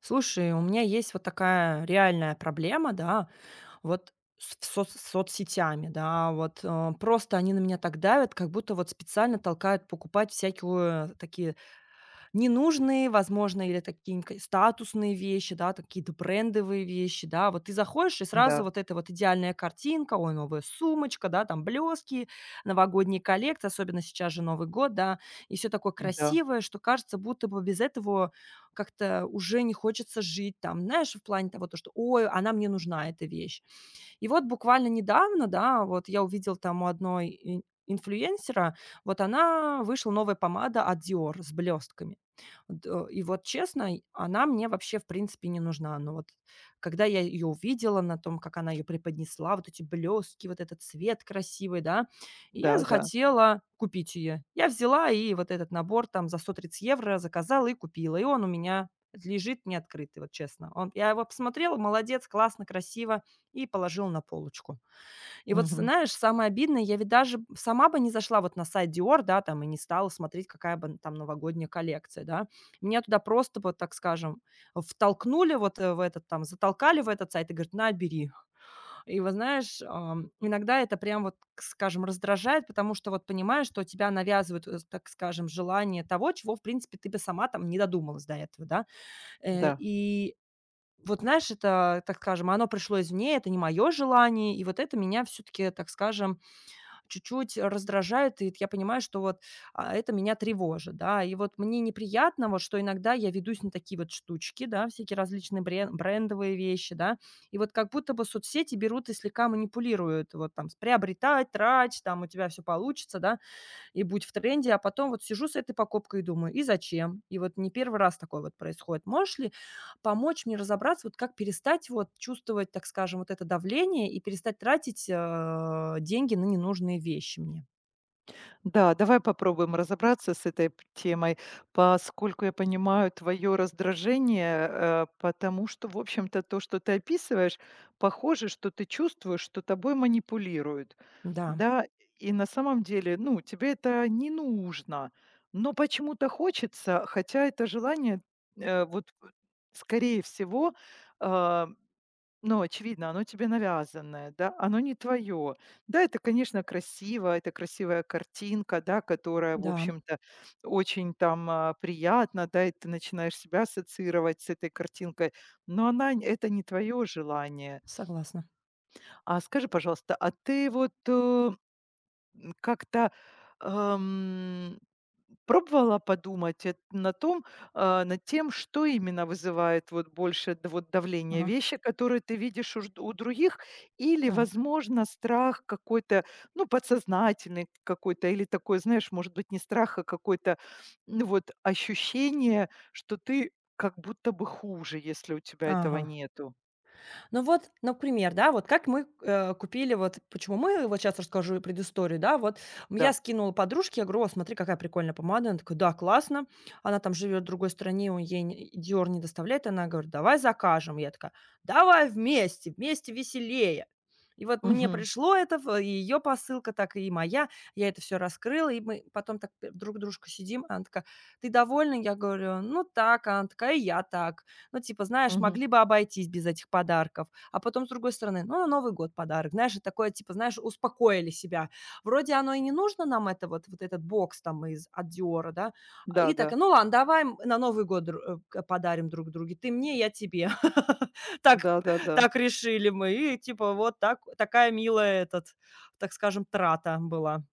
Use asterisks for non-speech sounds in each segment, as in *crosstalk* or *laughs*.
Слушай, у меня есть вот такая реальная проблема, да, вот с в соц соцсетями, да, вот, просто они на меня так давят, как будто вот специально толкают покупать всякие такие ненужные, возможно, или такие ка статусные вещи, да, там какие-то брендовые вещи, да. Вот ты заходишь, и сразу Да, вот эта вот идеальная картинка: ой, новая сумочка, да, там блески, новогодний коллекции, особенно сейчас же Новый год, да, и все такое да, красивое, что кажется, будто бы без этого как-то уже не хочется жить. Там, знаешь, в плане того, то что: "Ой, она мне нужна, эта вещь". И вот буквально недавно, да, вот я увидела там у одной ин инфлюенсера, вот она вышла новая помада от Dior с блестками. Д и вот честно, и она мне вообще в принципе не нужна. Но вот когда я ее увидела на том, как она ее преподнесла, вот эти блестки, вот этот цвет красивый, да, и я да, да. захотела купить ее. Я взяла и вот этот набор там за 130 евро заказала и купила. И он у меня лежит неоткрытый, вот честно. Он Я его посмотрела, молодец, классно, красиво и положила на полочку. И вот, Мгм. знаешь, самое обидное, я ведь даже сама бы не зашла вот на сайт "Диор", да, там, и не стала смотреть, какая бы там новогодняя коллекция, да. Меня туда просто вот, так скажем, втолкнули вот, в этот там, затолкали в этот сайт и говорят: "На, бери". И вот знаешь, иногда это прям вот, к скажем, раздражает, потому что вот понимаешь, что тебя навязывают, так скажем, желание того, чего, в принципе, ты бы сама там не додумалась до этого, да. Э, Да. и вот, знаешь, это, так скажем, оно пришло извне, это не мое желание, и вот это меня все таки так скажем, чуть-чуть раздражают, и я понимаю, что вот, это меня тревожит, да. И вот мне неприятно, вот, что иногда я ведусь на такие вот штучки, да, всякие различные брендовые вещи, да. И вот как будто бы соцсети берут и слегка манипулируют, вот там с приобретай, трать, там у тебя все получится, да и будь в тренде. А потом вот сижу с этой покупкой и думаю: "И зачем?" И вот не первый раз такое вот происходит. Можешь ли помочь мне разобраться, вот как перестать вот чувствовать, так скажем, вот это давление и перестать тратить, деньги на ненужные вещи мне? Да, давай попробуем разобраться с этой п темой, поскольку я понимаю твое раздражение, потому что, в общем-то, то, что ты описываешь, похоже, что ты чувствуешь, что тобой манипулируют. Да, Да, и на самом деле, ну, тебе это не нужно, но почему-то хочется, хотя это желание, э, вот, скорее всего, а но очевидно, оно тебе навязанное, да, оно не твое. Да, это, конечно, красиво, это красивая картинка, да, которая, в да, общем-то, очень там приятна, да, и ты начинаешь себя ассоциировать с этой картинкой, но это не твое желание. согласна. А скажи, пожалуйста, а ты как-то, ам, пробовала подумать эт на том, а, над тем, что именно вызывает вот больше д вот давление? Ага, Вещи, которые ты видишь у других, или, так. возможно, страх какой-то, ну, подсознательный какой-то, или такой, знаешь, может быть, не страх, а какое-то, ну, вот ощущение, что ты как будто бы хуже, если у тебя этого Ага. нету. Ну вот, например, да, вот как мы, купили вот почему мы, вот сейчас расскажу предысторию, да, вот. Я Да. скинула подружке, я говорю: "О, смотри, какая прикольная помада". Она такая: "Да, классно". Она там живет в другой стране, он ей не "Диор" не доставляет. Она говорит: "Давай закажем". Я такая: "Давай вместе, вместе веселее". И вот мне Мгм. пришло это в и ее посылка, так и моя. Я это все раскрыла, и мы потом так п друг дружку сидим. Она такая: "Ты довольна?" Я говорю: "Ну так". Она такая: "И я так". Ну, типа, знаешь, Мгм. могли бы обойтись без этих подарков. А потом, с другой стороны, ну, на Новый год подарок. Знаешь, и такое, типа, знаешь, успокоили себя. Вроде оно и не нужно нам, это вот, вот этот бокс там из от Диора, да. И так, Да-да. ну ладно, давай на Новый год подарим друг другу. Ты мне, я тебе. *laughs* Так, Да-да-да. так решили мы. И типа вот так, такая милая этот, так скажем, трата была.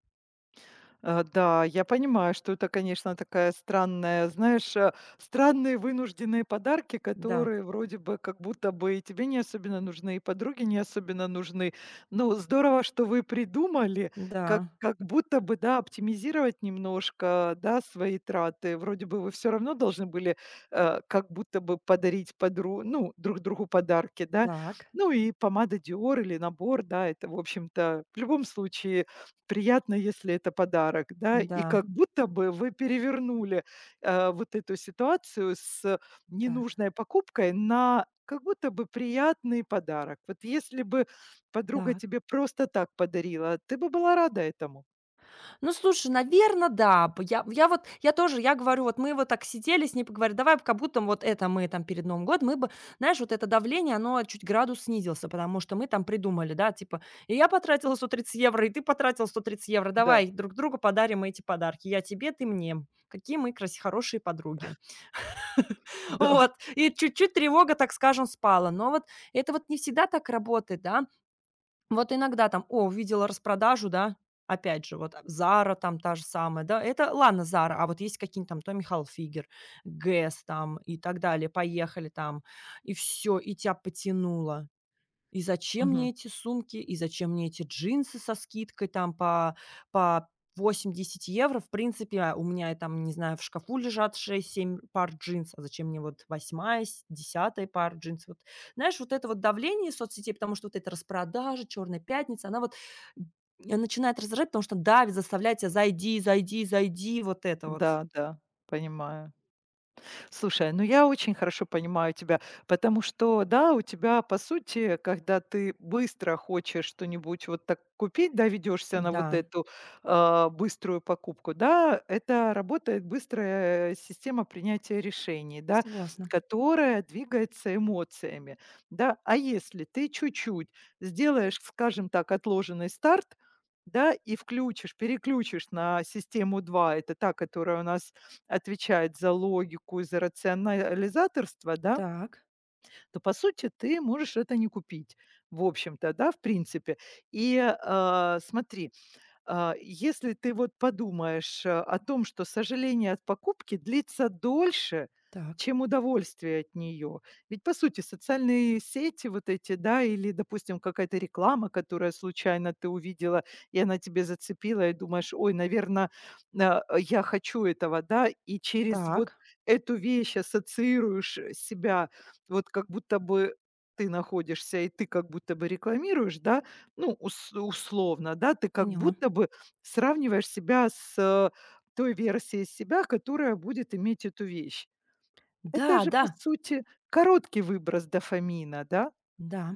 Да, я понимаю, что это, конечно, такая странная, знаешь, странные вынужденные подарки, Да, которые вроде бы как будто бы и тебе не особенно нужны, и подруге не особенно нужны. Но здорово, что вы придумали, да, как будто бы, да, оптимизировать немножко, да, свои траты. Вроде бы вы все равно должны были как будто бы подарить ну, друг другу подарки, да. так, Ну и помада Dior или набор, да, это, в общем-то, в любом случае приятно, если это подарок, да. И да, как будто бы вы перевернули, вот эту ситуацию с так, ненужной покупкой на как будто бы приятный подарок. Вот если бы подруга так. тебе просто так подарила, ты бы была рада этому. Ну, слушай, наверное, да. Б я вот я тоже, я говорю, вот мы вот так сидели с ней поговорили, давай как будто вот это мы там перед Новым годом, мы бы, знаешь, вот это давление, оно чуть градус снизился, потому что мы там придумали, да, типа: "И я потратила 130 евро, и ты потратил 130 евро, Да, давай друг другу подарим эти подарки. Я тебе, ты мне. Какие мы краси хорошие подруги". *laughs* да. Вот, и чуть-чуть тревога, так скажем, спала. Но вот это вот не всегда так работает, да. Вот иногда там, о, увидела распродажу, да, опять же, вот "Зара" там та же самая, да, это ладно "Зара", а вот есть какие-нибудь там Tommy Халфигер, Гэс там и так далее, поехали там, и все, и тебя потянуло. И зачем Мгм. мне эти сумки, и зачем мне эти джинсы со скидкой там по 8-10 евро? В принципе, у меня и там, не знаю, в шкафу лежат 6-7 пар джинс, а зачем мне вот восьмая, с 10 пара джинс? Вот, знаешь, вот это вот давление соцсетей, потому что вот эта распродажа, черная пятница, она вот м, начинает раздражать, потому что давит, заставляет тебя зайди, зайди, зайди, вот это вот. Да, да, понимаю. Слушай, ну я очень хорошо понимаю тебя, потому что, да, у тебя, по сути, когда ты быстро хочешь что-нибудь вот так купить, да, ведешься на Да, вот эту быструю покупку, да, это работает быстрая система принятия решений, да, согласна. которая двигается эмоциями, да. А если ты чуть-чуть сделаешь, скажем так, отложенный старт, да, и включишь, переключишь на систему 2, это та, которая у нас отвечает за логику и за рационализаторство, да, Так, то, по сути, ты можешь это не купить, в общем-то, да, в принципе. И смотри, если ты вот подумаешь, о том, что сожаление от покупки длится дольше, так, чем удовольствие от нее. Ведь, по сути, социальные сети вот эти, да, или, допустим, какая-то реклама, которая случайно ты увидела, и она тебе зацепила, и думаешь, ой, наверное, я хочу этого, да, и через вот так, эту вещь ассоциируешь себя, вот как будто бы ты находишься, и ты как будто бы рекламируешь, да, ну, ус условно, да, ты как поняла. будто бы сравниваешь себя с той версией себя, которая будет иметь эту вещь. Это Да, же, да, по сути, короткий выброс дофамина, да? да.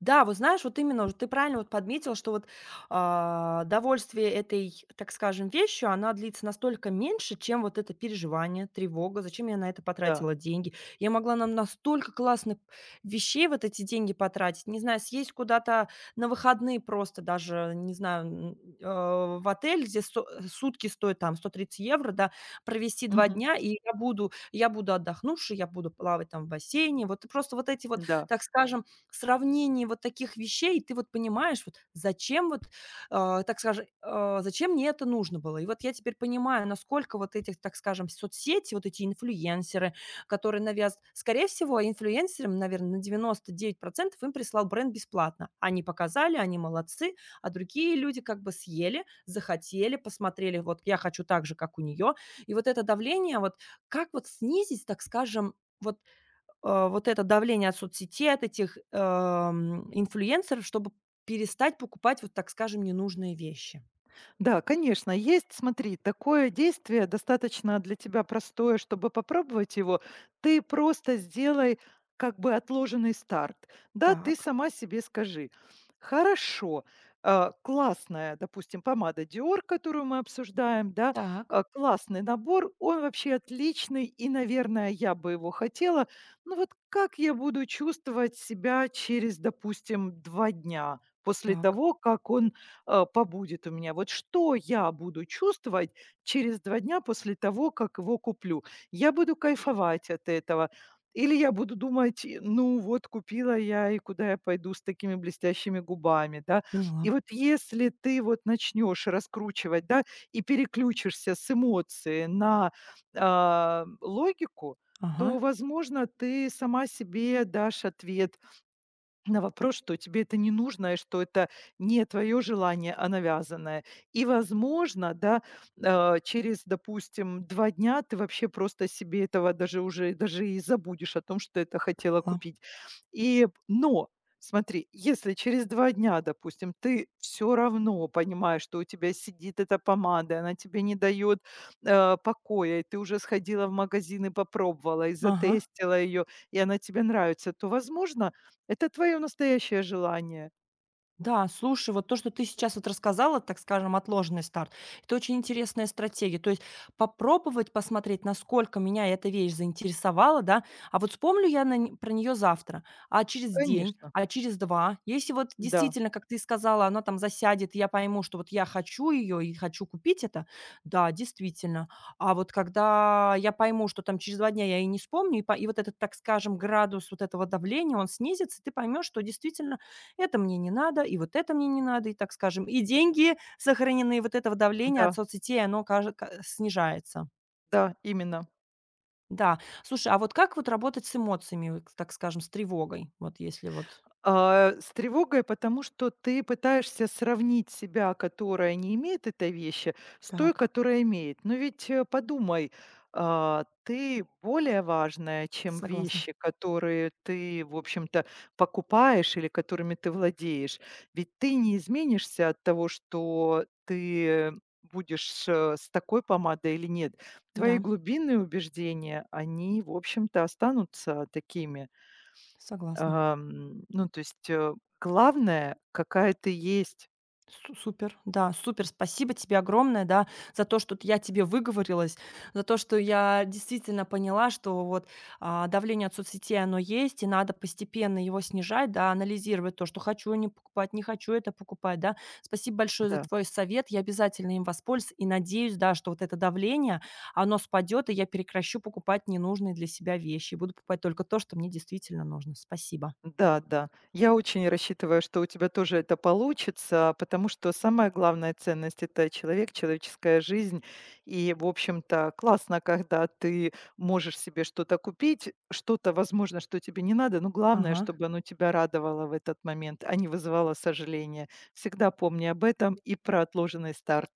Да, вот знаешь, вот именно, вот ты правильно вот подметил, что вот, довольствие этой, так скажем, вещью, она длится настолько меньше, чем вот это переживание, тревога. Зачем я на это Да. потратила деньги? Я могла нам настолько классных вещей вот эти деньги потратить. Не знаю, съесть куда-то на выходные просто даже, не знаю, в отель, где сутки стоят там 130 евро, да, провести два Мгм. дня, и я буду отдохнувшей, я буду плавать там в бассейне. Вот просто вот эти вот, Да. так скажем, сравнении вот таких вещей ты вот понимаешь, вот зачем вот, так скажем, зачем мне это нужно было. И вот я теперь понимаю, насколько вот этих, так скажем, соцсети, вот эти инфлюенсеры, которые навязывают. Скорее всего, инфлюенсерам, наверное, на 99% им прислал бренд бесплатно. Они показали, они молодцы, а другие люди как бы съели, захотели, посмотрели, вот я хочу так же, как у нее. И вот это давление, вот как вот снизить, так скажем, вот вот это давление от соцсетей, от этих, инфлюенсеров, чтобы перестать покупать, вот так скажем, ненужные вещи. Да, конечно, есть, смотри, такое действие достаточно для тебя простое, чтобы попробовать его. Ты просто сделай как бы отложенный старт. Да, ты Так, сама себе скажи, хорошо, классная, допустим, помада Dior, которую мы обсуждаем, да, так, классный набор, он вообще отличный, и, наверное, я бы его хотела. Ну вот как я буду чувствовать себя через, допустим, 2 дня после так. того, как он побудет у меня. Вот что я буду чувствовать через 2 дня после того, как его куплю? Я буду кайфовать от этого или я буду думать: "Ну вот, купила я, и куда я пойду с такими блестящими губами?" Да. Поняла. И вот если ты вот начнешь раскручивать, да, и переключишься с эмоции на, логику, Ага, то, возможно, ты сама себе дашь ответ на вопрос, что тебе это не нужно, и что это не твое желание, а навязанное. И, возможно, да, через, допустим, два дня ты вообще просто себе этого даже уже даже и забудешь о том, что это хотела поняла. купить. И, но Смотри, если через 2 дня, допустим, ты все равно понимаешь, что у тебя сидит эта помада, она тебе не дает покоя, и ты уже сходила в магазин и попробовала, и Ага. затестила ее, и она тебе нравится, то, возможно, это твое настоящее желание. Да, слушай, вот то, что ты сейчас вот рассказала, так скажем, отложенный старт, это очень интересная стратегия. То есть попробовать посмотреть, насколько меня эта вещь заинтересовала, да, а вот вспомню я про нее завтра, а через день, Конечно. а через два. Если вот Да, действительно, как ты сказала, она там засядет, и я пойму, что вот я хочу ее и хочу купить это, да, действительно. А вот когда я пойму, что там через 2 дня я и не вспомню, и вот этот, так скажем, градус вот этого давления, он снизится, и ты поймешь, что действительно это мне не надо, и вот это мне не надо, и, так скажем, и деньги сохранены, и вот этого давления от да, соцсетей, оно снижается. да, именно. Да. Слушай, а вот как вот работать с эмоциями, вот, так скажем, с тревогой? Вот если вот А, с тревогой, потому что ты пытаешься сравнить себя, которая не имеет этой вещи, с той, так. которая имеет. Но ведь подумай, ты более важная, чем Согласна. вещи, которые ты, в общем-то, покупаешь или которыми ты владеешь. Ведь ты не изменишься от того, что ты будешь с такой помадой или нет. Твои Да, глубинные убеждения, они, в общем-то, останутся такими. согласна. То есть, главное, какая ты есть. Су супер, да, супер. Спасибо тебе огромное, да, за то, что т я тебе выговорилась, за то, что я действительно поняла, что вот, давление от соцсетей, оно есть, и надо постепенно его снижать, да, анализировать то, что хочу не покупать, не хочу это покупать, да. Спасибо большое за Да, твой совет. Я обязательно им воспользуюсь и надеюсь, да, что вот это давление, оно спадет, и я прекращу покупать ненужные для себя вещи, буду покупать только то, что мне действительно нужно. Спасибо. да-да. Я очень рассчитываю, что у тебя тоже это получится, потому что самая главная ценность- это человек, человеческая жизнь. И, в общем-то, классно, когда ты можешь себе что-то купить, что-то, возможно, что тебе не надо, но главное, Ага. чтобы оно тебя радовало в этот момент, а не вызывало сожаления. Всегда помни об этом и про отложенный старт.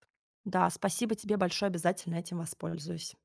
Да, спасибо тебе большое, обязательно этим воспользуюсь.